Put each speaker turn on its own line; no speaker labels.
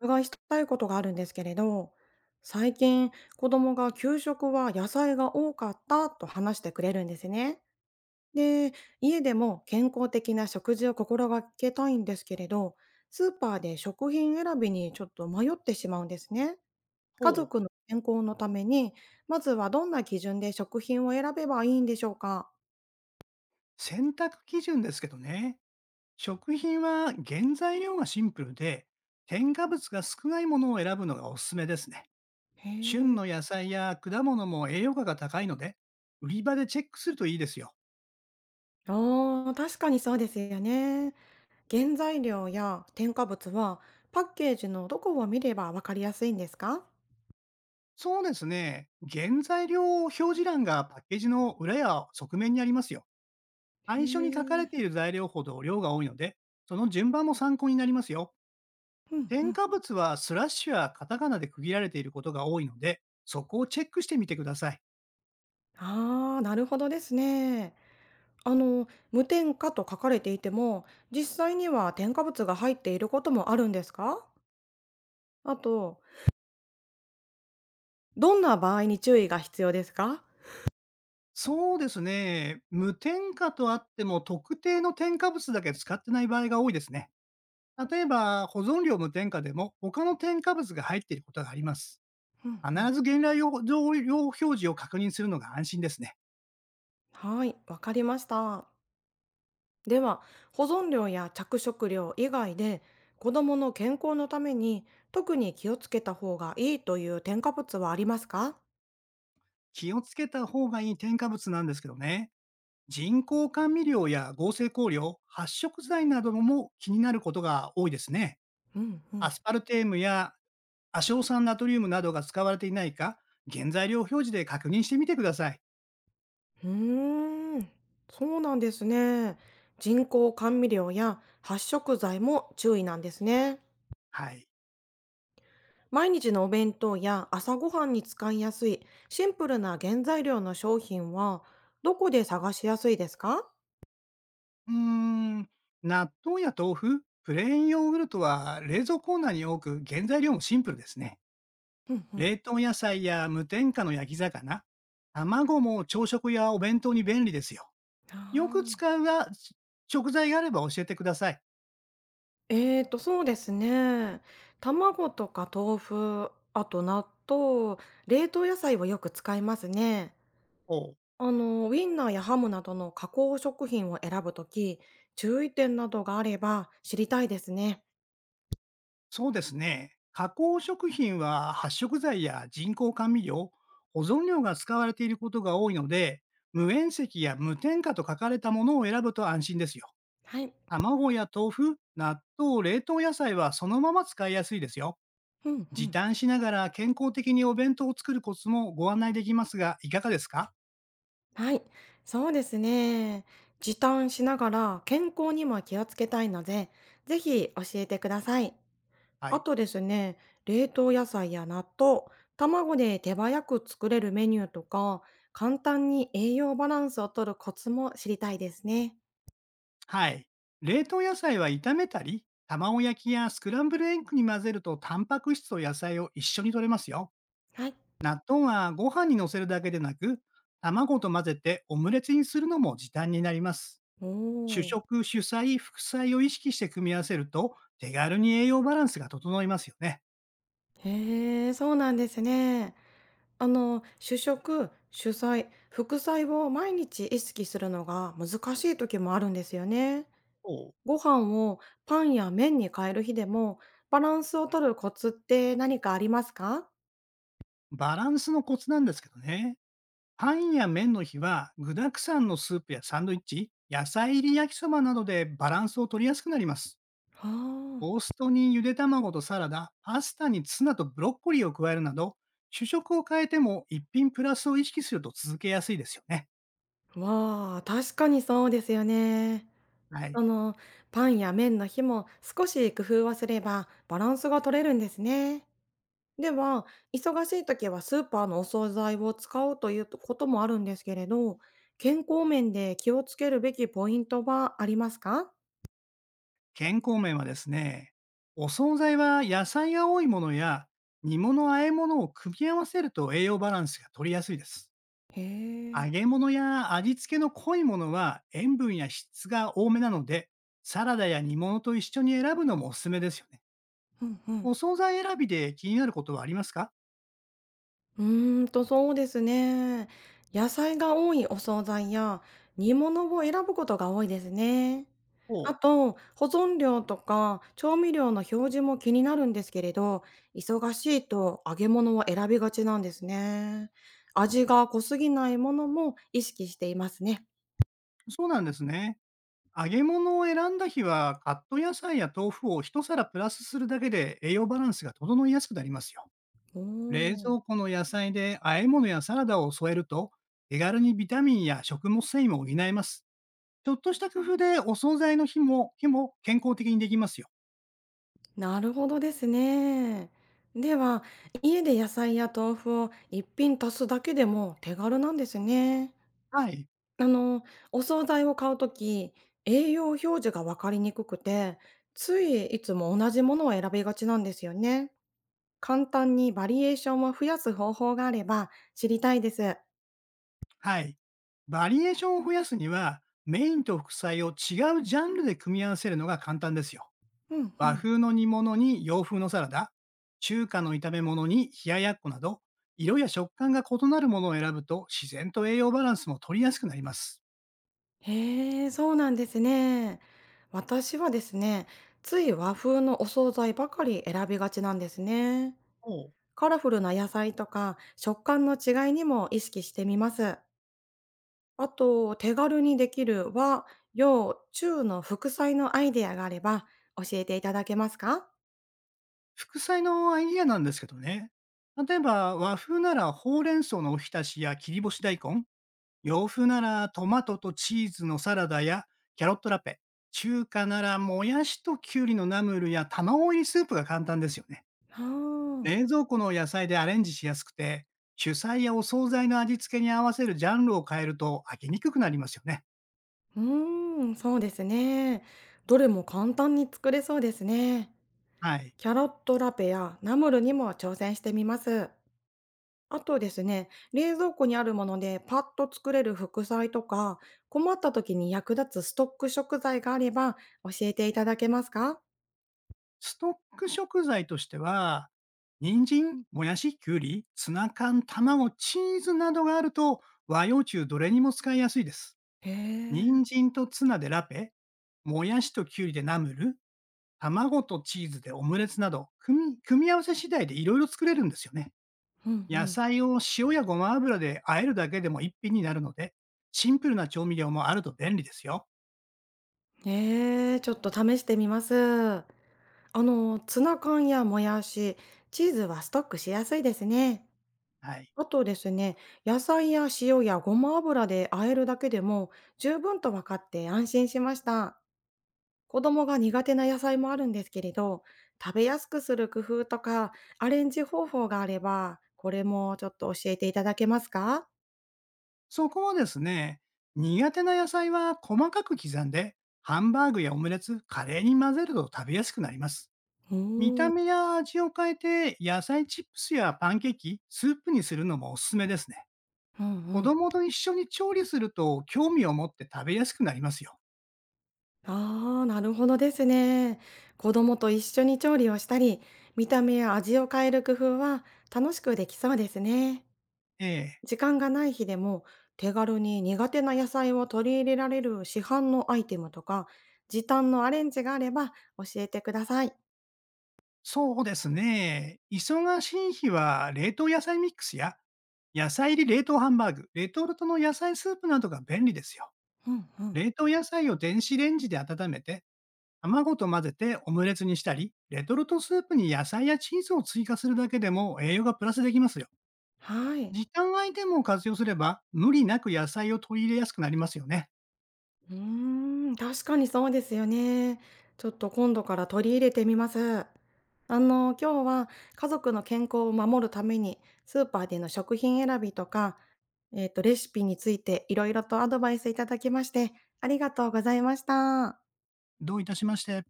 お伺いしたいことがあるんですけれど、最近子供が給食は野菜が多かったと話してくれるんですね。で、家でも健康的な食事を心がけたいんですけれど、スーパーで食品選びにちょっと迷ってしまうんですね。家
ほ
族の
う。
健康のために、まずはどんな基準で食品を選べばいいんでしょうか？
選択基準ですけどね。食品は原材料がシンプルで、添加物が少ないものを選ぶのがおすすめですね。
へ
旬
え。
の野菜や果物も栄養価が高いので、売り場でチェックするといいですよ。
ああ確かにそうですよね。原材料や添加物はパッケージのどこを見ればわかりやすいんですか？
そうですね。原材料表示欄がパッケージの裏や側面にありますよ。
へ
最初に書かれ
え、
ている材料ほど量が多いので、その順番も参考になりますよ。
うんう
添
ん。
加物はスラッシュやカタカナで区切られていることが多いので、そこをチェックしてみてください。
ああ、なるほどですね。無添加と書かれていても、実際には添加物が入っていることもあるんですか？あと、どんな場合に注意が必要ですか？
そうですね。無添加とあっても、特定の添加物だけ使ってない場合が多いですね。例えば、保存料無添加でも、他の添加物が入っていることがあります。
うん
必
うん。
ず原料用表示を確認するのが安心ですね。
はい、わかりました。では保存料や着色料以外で子どもの健康のために特に気をつけた方がいいという添加物はありますか？
気をつけた方がいい添加物なんですけどね。人工甘味料や合成香料、発色剤なども気になることが多いですね。
うんう
ア
ん。
スパルテームや亜硝酸ナトリウムなどが使われていないか、原材料表示で確認してみてください。
うーん、そうなんですね。人工甘味料や発色剤も注意なんですね。
はい。
毎日のお弁当や朝ごはんに使いやすいシンプルな原材料の商品はどこで探しやすいですか？
うーん、納豆や豆腐、プレーンヨーグルトは冷蔵コーナーに多く、原材料もシンプルですね。
うんうん。
冷凍野菜や無添加の焼き魚、卵も朝食やお弁当に便利ですよ。
あ
よく
ー、
使うが食材があれば教えてください。
そうですね。卵とか豆腐、あと納豆、冷凍野菜をよく使いますね。
おう。
ウインナーやハムなどの加工食品を選ぶとき、注意点などがあれば知りたいですね。
そうですね。加工食品は発色剤や人工甘味料、保存料が使われていることが多いので、無塩石や無添加と書かれたものを選ぶと安心ですよ。
はい。
卵や豆腐、納豆、冷凍野菜はそのまま使いやすいですよ。
うん、う
時
ん。
短しながら健康的にお弁当を作るコツもご案内できますが、いかがですか？
はい。そうですね。時短しながら健康にも気をつけたいので、ぜひ教えてください。
は
あ
い。
とですね、冷凍野菜や納豆、卵で手早く作れるメニューとか、簡単に栄養バランスをとるコツも知りたいですね。
はい。冷凍野菜は炒めたり、卵焼きやスクランブルエッグに混ぜると、タンパク質と野菜を一緒に摂れますよ。
はい。
納豆はご飯に乗せるだけでなく、卵と混ぜてオムレツにするのも時短になります。
お
主
お、
食、主菜、副菜を意識して組み合わせると、手軽に栄養バランスが整いますよね。
へえ、そうなんですね。主食、主菜、副菜を毎日意識するのが難しい時もあるんですよね。
お
ご飯をパンや麺に変える日でも、バランスをとるコツって何かありますか？
バランスのコツなんですけどね。パンや麺の日は、具沢山のスープやサンドイッチ、野菜入り焼きそばなどでバランスを取りやすくなります。ト
はあ。
ーストにゆで卵とサラダ、パスタにツナとブロッコリーを加えるなど、主食を変えても一品プラスを意識すると続けやすいですよね。
わあ、確かにそうですよね。
は
あ
い。
の、パンや麺の日も少し工夫はすればバランスが取れるんですね。では、忙しい時はスーパーのお惣菜を使うということもあるんですけれど、健康面で気をつけるべきポイントはありますか？
健康面はですね、お惣菜は野菜が多いものや煮物、和え物を組み合わせると栄養バランスが取りやすいです。
へえ、
揚げ物や味付けの濃いものは塩分や質が多めなので、サラダや煮物と一緒に選ぶのもおすすめですよね。
うんうん。
お惣菜選びで気になることはありますか？
うーんと、そうですね。野菜が多いお惣菜や煮物を選ぶことが多いですね。
お
あ
う。
と、保存料とか調味料の表示も気になるんですけれど、忙しいと揚げ物を選びがちなんですね。味が濃すぎないものも意識していますね。
そうなんですね。揚げ物を選んだ日は、カット野菜や豆腐を一皿プラスするだけで栄養バランスが整いやすくなりますよ。
お
冷
ー、
蔵庫の野菜で和え物やサラダを添えると、手軽にビタミンや食物繊維も補えます。ちょっとした工夫でお惣菜の日も健康的にできますよ。
なるほどですね。では、家で野菜や豆腐を一品足すだけでも手軽なんですね。
はい。
あの、お惣菜を買うとき、栄養表示がわかりにくくて、ついいつも同じものを選びがちなんですよね。簡単にバリエーションを増やす方法があれば知りたいです。
はい。バリエーションを増やすには、メインと副菜を違うジャンルで組み合わせるのが簡単ですよ。
うんう
和
ん。
風の煮物に洋風のサラダ、中華の炒め物に冷ややっこなど、色や食感が異なるものを選ぶと自然と栄養バランスも取りやすくなります。
へえ、そうなんですね。私はですね、つい和風のお惣菜ばかり選びがちなんですね。
おう。
カラフルな野菜とか食感の違いにも意識してみます。あと、手軽にできる和、洋、中の副菜のアイデアがあれば教えていただけますか？
副菜のアイディアなんですけどね。例えば和風ならほうれん草のおひたしや切り干し大根、洋風ならトマトとチーズのサラダやキャロットラペ、中華ならもやしときゅうりのナムルや卵入りスープが簡単ですよね。
ああ、
冷蔵庫の野菜でアレンジしやすくて、主菜やお惣菜の味付けに合わせるジャンルを変えると飽きにくくなりますよね。
うーん、そうですね。どれも簡単に作れそうですね。
はい。
キャロットラペやナムルにも挑戦してみます。あとですね、冷蔵庫にあるものでパッと作れる副菜とか、困った時に役立つストック食材があれば教えていただけますか？
ストック食材としては、人参、もやし、きゅうり、ツナ缶、卵、チーズなどがあると和洋中どれにも使いやすいです。
へえ、
人参とツナでラペ、もやしときゅうりでナムル、卵とチーズでオムレツなど、組み合わせ次第でいろいろ作れるんですよね。
うんう
野
ん。
菜を塩やごま油で和えるだけでも一品になるので、シンプルな調味料もあると便利ですよ。
ええ、ちょっと試してみます。ツナ缶やもやし、チーズはストックしやすいですね。
はい。
あとですね、野菜や塩やごま油で和えるだけでも十分と分かって安心しました。子供が苦手な野菜もあるんですけれど、食べやすくする工夫とかアレンジ方法があれば、これもちょっと教えていただけますか？
そこはですね、苦手な野菜は細かく刻んで、ハンバーグやオムレツ、カレーに混ぜると食べやすくなります。
う
見
ー
た
ん。
目や味を変えて、野菜チップスやパンケーキ、スープにするのもおすすめですね。
うんう
子
ん。
供と一緒に調理すると興味を持って食べやすくなりますよ。
ああ、なるほどですね。子供と一緒に調理をしたり、見た目や味を変える工夫は楽しくできそうですね。
ええ。
時間がない日でも手軽に苦手な野菜を取り入れられる市販のアイテムとか、時短のアレンジがあれば教えてください。
そうですね。忙しい日は冷凍野菜ミックスや、野菜入り冷凍ハンバーグ、レトルトの野菜スープなどが便利ですよ。
うんうん。
冷凍野菜を電子レンジで温めて、卵と混ぜてオムレツにしたり、レトルトスープに野菜やチーズを追加するだけでも栄養がプラスできますよ。
はい。
時間アイテムを活用すれば、無理なく野菜を取り入れやすくなりますよね。
うーん、確かにそうですよね。ちょっと今度から取り入れてみます。今日は家族の健康を守るために、スーパーでの食品選びとか、レシピについていろいろとアドバイスいただきまして、ありがとうございました。
どういたしまして。